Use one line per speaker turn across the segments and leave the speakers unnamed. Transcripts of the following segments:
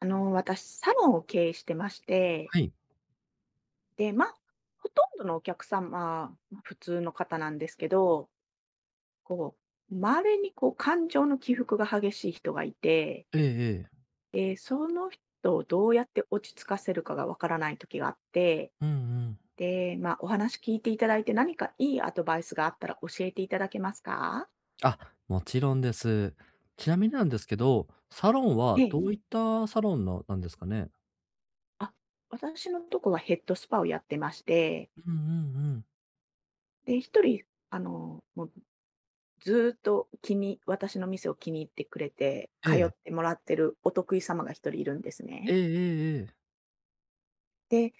私、サロンを経営してまして、
はい。
で、まあ、ほとんどのお客様、ま、普通の方なんですけど、こう、稀にこう感情の起伏が激しい人がいて、
ええええ。
で、その人をどうやって落ち着かせるかがわからない時があって、
うんうん。
で、まあ、お話聞いていただいて、何かいいアドバイスがあったら教えていただけますか？
あ、もちろんです。ちなみになんですけど、サロンは
ええ。
どういったサロンのなんですかね？
あ、私のとこはヘッドスパをやってまして、
うんうんうん。
で、一人、もうずーっと気に私の店を気に入ってくれて、
え
通っ
え。
てもらってるお得意様が一人いるんです
ええ
ね。
ええええ。
で、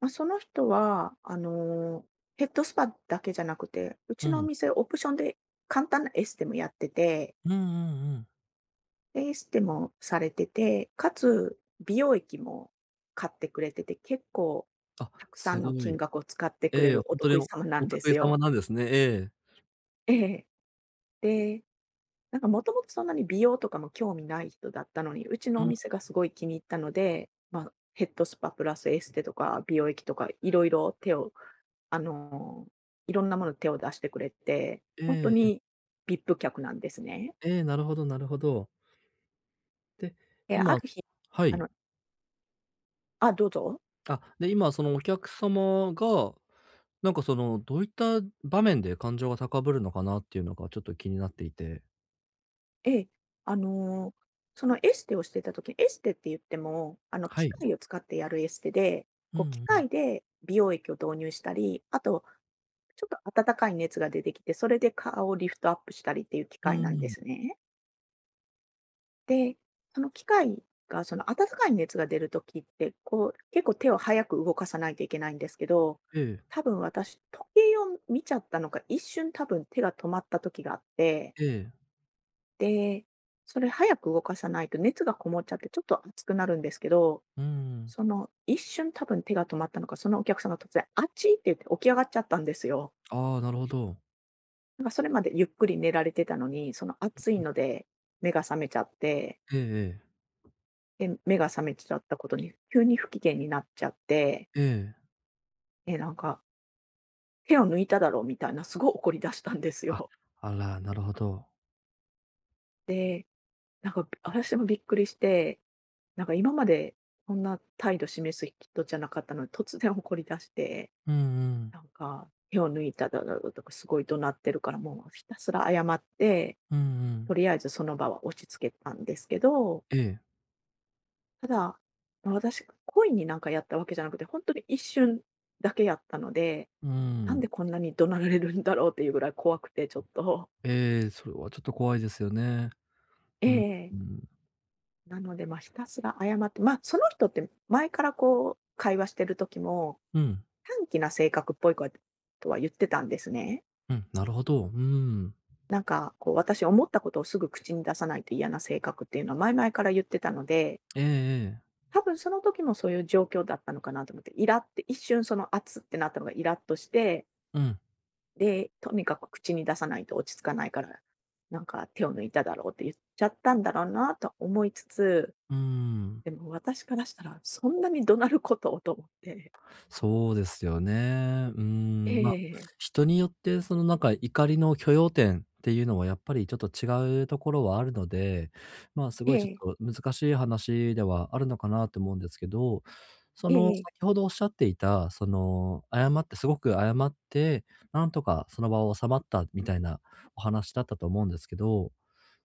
まあ、その人は、ヘッドスパだけじゃなくて、う
う
ちのお
ん。
店オプションで簡単なエステもやってて、
うんうんうん。
で、エステもされてて、かつ美容液も買ってくれてて、結構
あ、
たくさ
す
ん
ご
の金
い。
額を使ってく
え
れ
え、ほ
るお
んとに
得意
お
様な
お
んで
得意
す
様
よ。
なんですね。ええ。
ええ。でなんかもともとそんなに美容とかも興味ない人だったのに、うちの
う
お
ん。
店がすごい気に入ったので、まあ、ヘッドスパプラスエステとか美容液とかいろいろ手を、あの、いろんなもの手を出してくれて、
え
本当
ええ
に
え。
ビップ客なんですね。
ええ、なるほどなるほど。で、
で、あ
今
る日、
は
あ
い。
のあ、どうぞ。
で、今そのお客様が、その、どういった場面で感情が高ぶるのかなっていうのがちょっと気になっていて。
ええ、あの、そのエステをしてた時に、エステって言っても、
は
機
い。
械を使ってやるエステで、
う
こう機
んうん。
械で美容液を導入したり、あとちょっと暖かい熱が出てきて、それで顔をリフトアップしたりっていう機
う
械なんで
ん。
すね。で、その機械が、その暖かい熱が出る時って、こう、結構手を早く動かさないといけないんですけど、
ええ、
多分私、時計を見ちゃったのか、一瞬多分手が止まった時があって、
ええ。
で、それ早く動かさないと熱がこもっちゃってちょっと熱くなるんですけど、
うーん。
その一瞬多分手が止まったのか、そのお客さんが突然、あっちって言って起き上がっちゃったんですよ。
ああ、なるほど。
なんかそれまでゆっくり寝られてたのに、その暑いので目が覚めちゃって、
ええええ。
で、目が覚めちゃったことに急に不機嫌になっちゃって、
ええ。
え、なんか「手を抜いただろ」うみたいなすごい怒り出したんです
あ、
よ。
あら、なるほど。
で、なんか私もびっくりして、なんか今までこんな態度示す人じゃなかったのに、突然怒り出して、
うんうん。
なんか「手を抜いただろ」うとかすごい怒鳴ってるから、もうひたすら謝って、
うんうん。
とりあえずその場は落ち着けたんですけど、
ええ。
ただ、ま、私、故意になんかやったわけじゃなくて、本当に一瞬だけやったので、
う
なん
ん。
でこんなに怒鳴られるんだろうっていうぐらい怖くて、ちょっと。
ええ、それはちょっと怖いですよね。うん、
え
う
え。
ん。
なので、まあ、ひたすら謝って、まあ、その人って前からこう会話してる時も、
うん、
短気な性格っぽいことは言ってたんですね。
うん、なるほど。うん。
なんかこう私思ったことをすぐ口に出さないと嫌な性格っていうのは前々から言ってたので、
ええええ。
多分その時もそういう状況だったのかなと思って、イラって一瞬その、圧ってなったのがイラっとして
うん、
で、とにかく口に出さないと落ち着かないから、なんか手を抜いただろうって言っちゃったんだろうなと思いつつ、
うん。
でも私からしたら、そんなに怒鳴ることをと思って、
そうですよね。うん、まあ、
ええ
人によってその怒りの許容点っていうのはやっぱりちょっと違うところはあるので、まあ、す
え
ごいちょ
え、
っと難しい話ではあるのかなと思うんですけど、そ
え
の
え、
先ほどおっしゃっていた、その謝ってすごく謝って、なんとかその場を収まったみたいなお話だったと思うんですけど、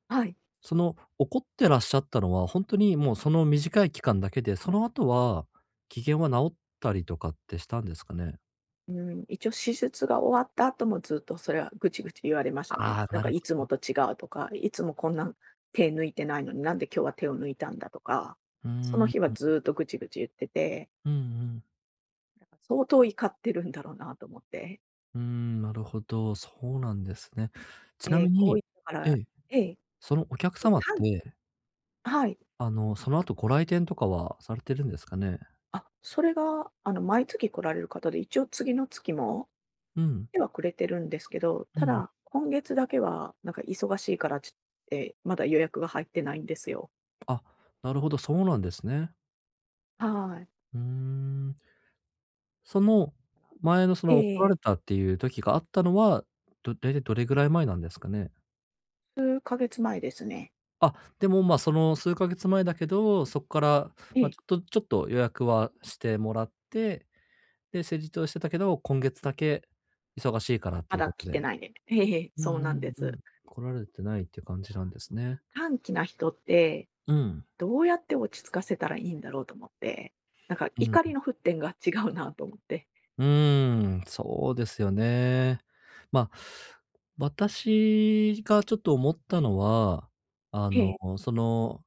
はい。
その怒ってらっしゃったのは、本当にもうその短い期間だけで、その後は機嫌は治ったりとかってしたんですかね？
うん、一応手術が終わった後もずっとそれはぐちぐち言われましたね。
ああ、
なん
な
か
る
いつ
ほ
も
ど。
と違うとか、いつもこんな手抜いてないのになんで今日は手を抜いたんだとか、
う
その
ーん。
日はずっとぐちぐち言ってて、
うんうん。
なんか相当怒ってるんだろうなと思って。
うーん、なるほど、そうなんですね。ちな
ええ、
み
こう
に、
いったか
え
ら
え、
ええ、
そのお客様っ
短
て、
はい。
あの、その後ご来店とかはされてるんですかね？
あ、それが、毎月来られる方で、一応次の月も
うん。
来てはくれてるんですけど、
うん
た
うん。
だ、今月だけは、なんか忙しいからちょっとまだ予約が入ってないんですよ。
あ、なるほど、そうなんですね。
はい。
うーん。その前のそ
え
の怒られ
え。
たっていう時があったのは、大体どれぐらい前なんですかね？
数ヶ月前ですね。
あ、でも、ま、その数ヶ月前だけど、そっから、
え
ま、
え、
ちょっと予約はしてもらって、で、施術をしてたけど、今月だけ忙しいからって
ま
いう
だ
こと
来
で。
てないね。ええ。
う
そう
んう
なんで
んうん。
す。
来られてないっていう感じ
あ
なんです
の、
ね。
短期な人って、
うん。
どうやって落ち着かせたらいいんだろうと思って、なんか
う
怒り
ん。
の沸点が違うなと思って。
うーん、そうですよね。ま、私がちょっと思ったのは、あ
え
の、
え、
その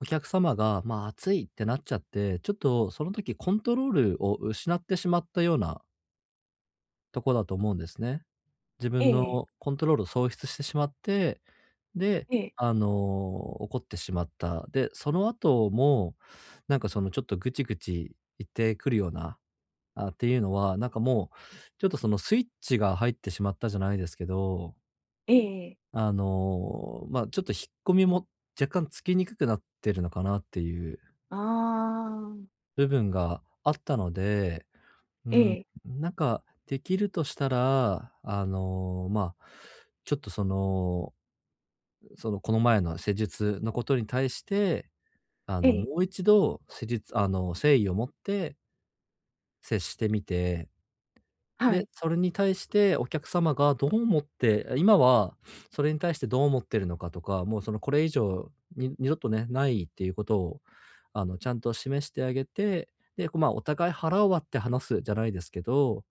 お客様が、まあ、暑いってなっちゃって、ちょっとその時コントロールを失ってしまったようなとこだと思うんですね。自
え
分
え
のコントロールを喪失してしまって、で、
ええ、
あの、怒ってしまった。で、その後も、そのちょっとぐちぐち言ってくるような、っていうのは、なんかもう、ちょっとそのスイッチが入ってしまったじゃないですけど、
ええええ。
あの、まあ、ちょっと引っ込みも若干つきにくくなってるのかなっていう
ああ、
部分があったので、うん、なんかできるとしたら、あの、まあ、ちょっとその、そのこの前の施術のことに対して、あ
え
の、
え、
もう一度施術あの、誠意を持って接してみて、
は
で、
い、
それに対してお客様がどう思って、今はそれに対してどう思ってるのかとか、もうそのこれ以上に二度とね、ないっていうことを、あの、ちゃんと示してあげて、で、まあ、お互い腹を割って話すじゃないですけど、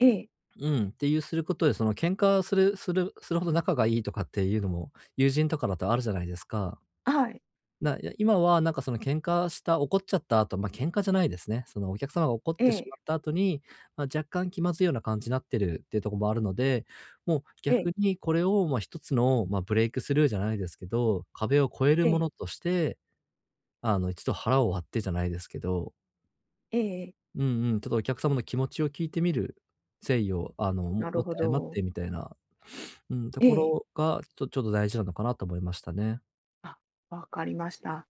ええ、
うん、っていうすることで、その喧嘩するほど仲がいいとかっていうのも、友人とかだとあるじゃないですか。
はい、
いや、今はなんかその喧嘩した怒っちゃった後、ま、喧嘩じゃないですね。そのお客様が怒っ
え
てし
え、
まった後に、まあ、若干気まずいような感じになってるっていうところもあるので、もう
え
逆
え、
にこれを、ま、一つの、まあ、ブレイクスルーじゃないですけど、壁を越える
え
も
え、
のとして、あの、一度腹を割ってじゃないですけど、
ええええはいええはいええええええええ
うんうん、ちょっとお客様の気持ちを聞いてみる、誠意を、あの、
な
持っ
る
て
ほ
謝っ
ど。
てみたいな、うん、と
え
こ
え。
ろが、ちょっと大事なのかなと思いましたね。
あ、わかりました。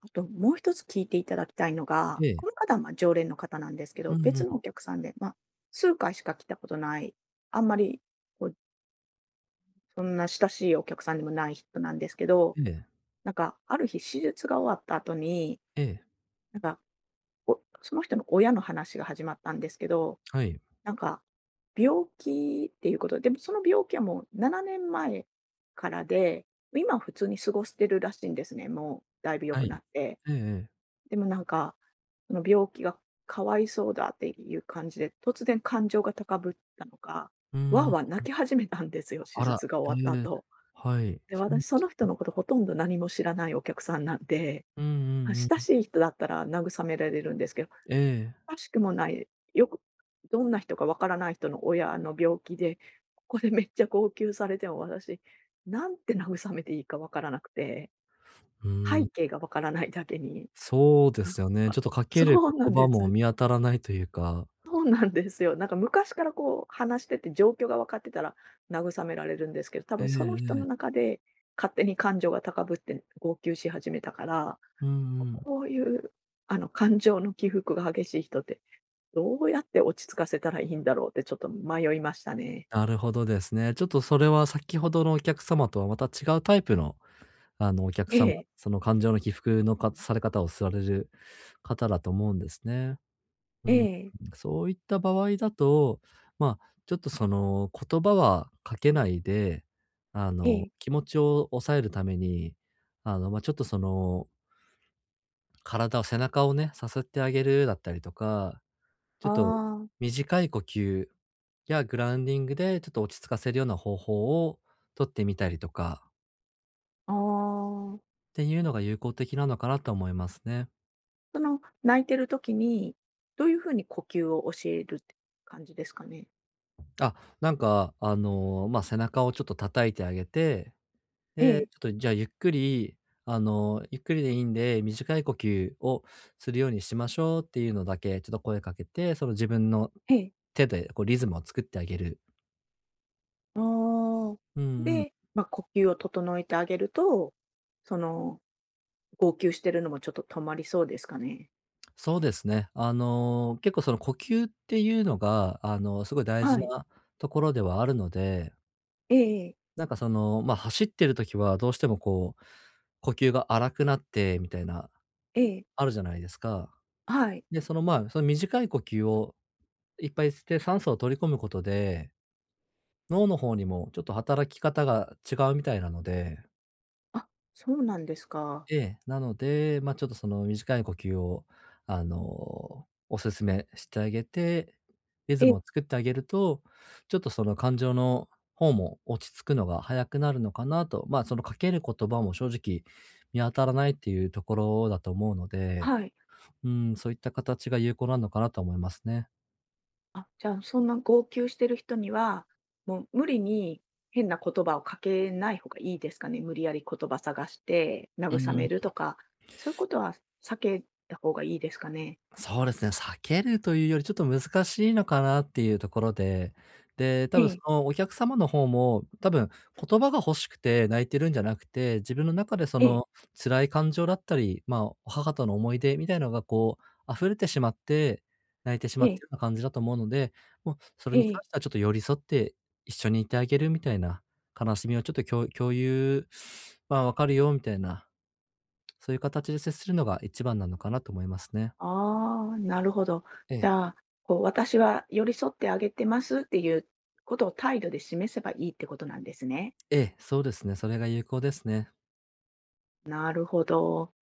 あともう一つ聞いていただきたいのが、
ええ。
この方は、ま、常連の方なんですけ
う
ど、
んう
別
ん。
のお客さんで、まあ、数回しか来たことない、あんまり、こう、そんな親しいお客さんでもない人なんですけど、
ええ。
なんか、ある日手術が終わった後に、
ええ。
なんか、その人の親の話が始まったんですけど
はい。
なんか、病気っていうことで、でもその病気はもう7年前からで、今は普通に過ごしてるらしいんですね、もうだいぶ良
は
く
い。
なって。
ええええ。
でもなんか、その病気がかわいそうだっていう感じで、突然感情が高ぶったのか、
う
わ
ー
ー
ん。
わー泣き始めたんですよ、手
あら、
術が
え
終わった
え。
後。
はい、
で、
そうで
私そ
す
の人
ね。
のことほとんど何も知らないお客さんなんで、
うんう
ま、
んう
親
ん。
しい人だったら慰められるんですけど、
ええ。
おかしくもない、よくどんな人かわからない人の親の病気で、ここでめっちゃ号泣されても私、なんて慰めていいかわからなくて、
うーん、
背景がわからないだけに、
そうで
なん
すよね。
か
ちょっとかけ
そ
る
うな
言
ん
葉
で
も
す。
見当たらないというか。
そうなんですよ。なんか昔からこう話してて、状況が分かってたら慰められるんですけど、多
ええ
分その人
え
の
え。
中で勝手に感情が高ぶって、号泣し始めたから
うんうん。
こういう、感情の起伏が激しい人って、どうやって落ち着かせたらいいんだろうってちょっと迷いましたね。
なるほどですね。ちょっとそれは先ほどのお客様とはまた違うタイプの、あの、お客
え
様、
え、
その感情の起伏のかされ方をされる方だと思うんですね。う
え
ん、
え、
そういった場合だと、まあ、ちょっとその、言葉はかけないで、あ
え
の、
え。
気持ちを抑えるために、あの、まあ、ちょっとその、背中をね、さすってあげるだったりとか、ちょ
あ
っと
あ、
短い呼吸やグラウンディングでちょっと落ち着かせるような方法を取ってみたりとか
ああ。
っていうのが有効的なのかなと思いますね。
その、泣いてる時に、どういう風に呼吸を教えるって感じですかね？
あ、なんか、あの、まあ、背中をちょっと叩いてあげて、
え
で、ち
え、
ょっとじゃあゆっくり、あの、ゆっくりでいいんで、短い呼吸をするようにしましょうっていうのだけ、ちょっと声かけて、その自分の
ええ。
手でこうリズムを作ってあげる。
ああ。
うんうん。
で、まあ、呼吸を整えてあげると、その、号泣してるのもちょっと止まりそうですかね？
そうですね。あの、結構その呼吸っていうのが、あの、すごい大事
はい。
なところではあるので、
ええ、
なんかその、ま、走ってる時はどうしてもこう、呼吸が荒くなってみたいな、
え
あ
え。
るじゃないですか。
はい。
で、その、まあ、その短い呼吸をいっぱいして酸素を取り込むことで脳の方にもちょっと働き方が違うみたいなので、
あ、そうなんですか。
ええ。なので、まあ、ちょっとその短い呼吸を、あの、おすすめしてあげて、リズム
え
を作ってあげると、ちょっとその感情の方も落ち着くのが早くなるのかなと。まあ、そのかける言葉も正直見当たらないっていうところだと思うので、
はい。
うん、そういった形が有効なのかなと思いますね。
あ、じゃあ、そんな号泣してる人には、もう無理に変な言葉をかけない方がいいですかね。無理やり言葉探して
う
慰
ん。
めるとか、そういうことは避けた方がいいですかね？
そうですね、避けるというよりちょっと難しいのかなっていうところで、で、多
え
分そ
え、
のお客様の方も、多分言葉が欲しくて泣いてるんじゃなくて、自分の中でそ
ええ、
の辛い感情だったり、まあ、お母との思い出みたいのがこう溢れてしまって、泣いてしま
え
って
え、
るような感じだと思うので、もうそれ
え
に関
え。
してはちょっと寄り添って一緒にいてあげるみたいな、悲しみをちょっと共有、まあ、わかるよみたいな、そういう形で接するのが一番なのかなと思いますね。
ああ、なるほど。
え
じ
え。
ゃあ、こう私は寄り添ってあげてますっていうことを態度で示せばいいってことなんですね。
ええ、そうですね。それが有効ですね。
なるほど。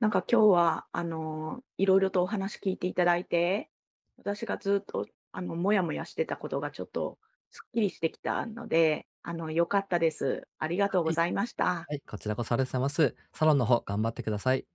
なんか今日は、いろいろとお話聞いていただいて、私がずっと、もやもやしてたことがちょっとすっきりしてきたので、良かったです。ありがとう
は
ご
い。
ざいました。
はい、こちらこそありがとうございます。サロンの方頑張ってください。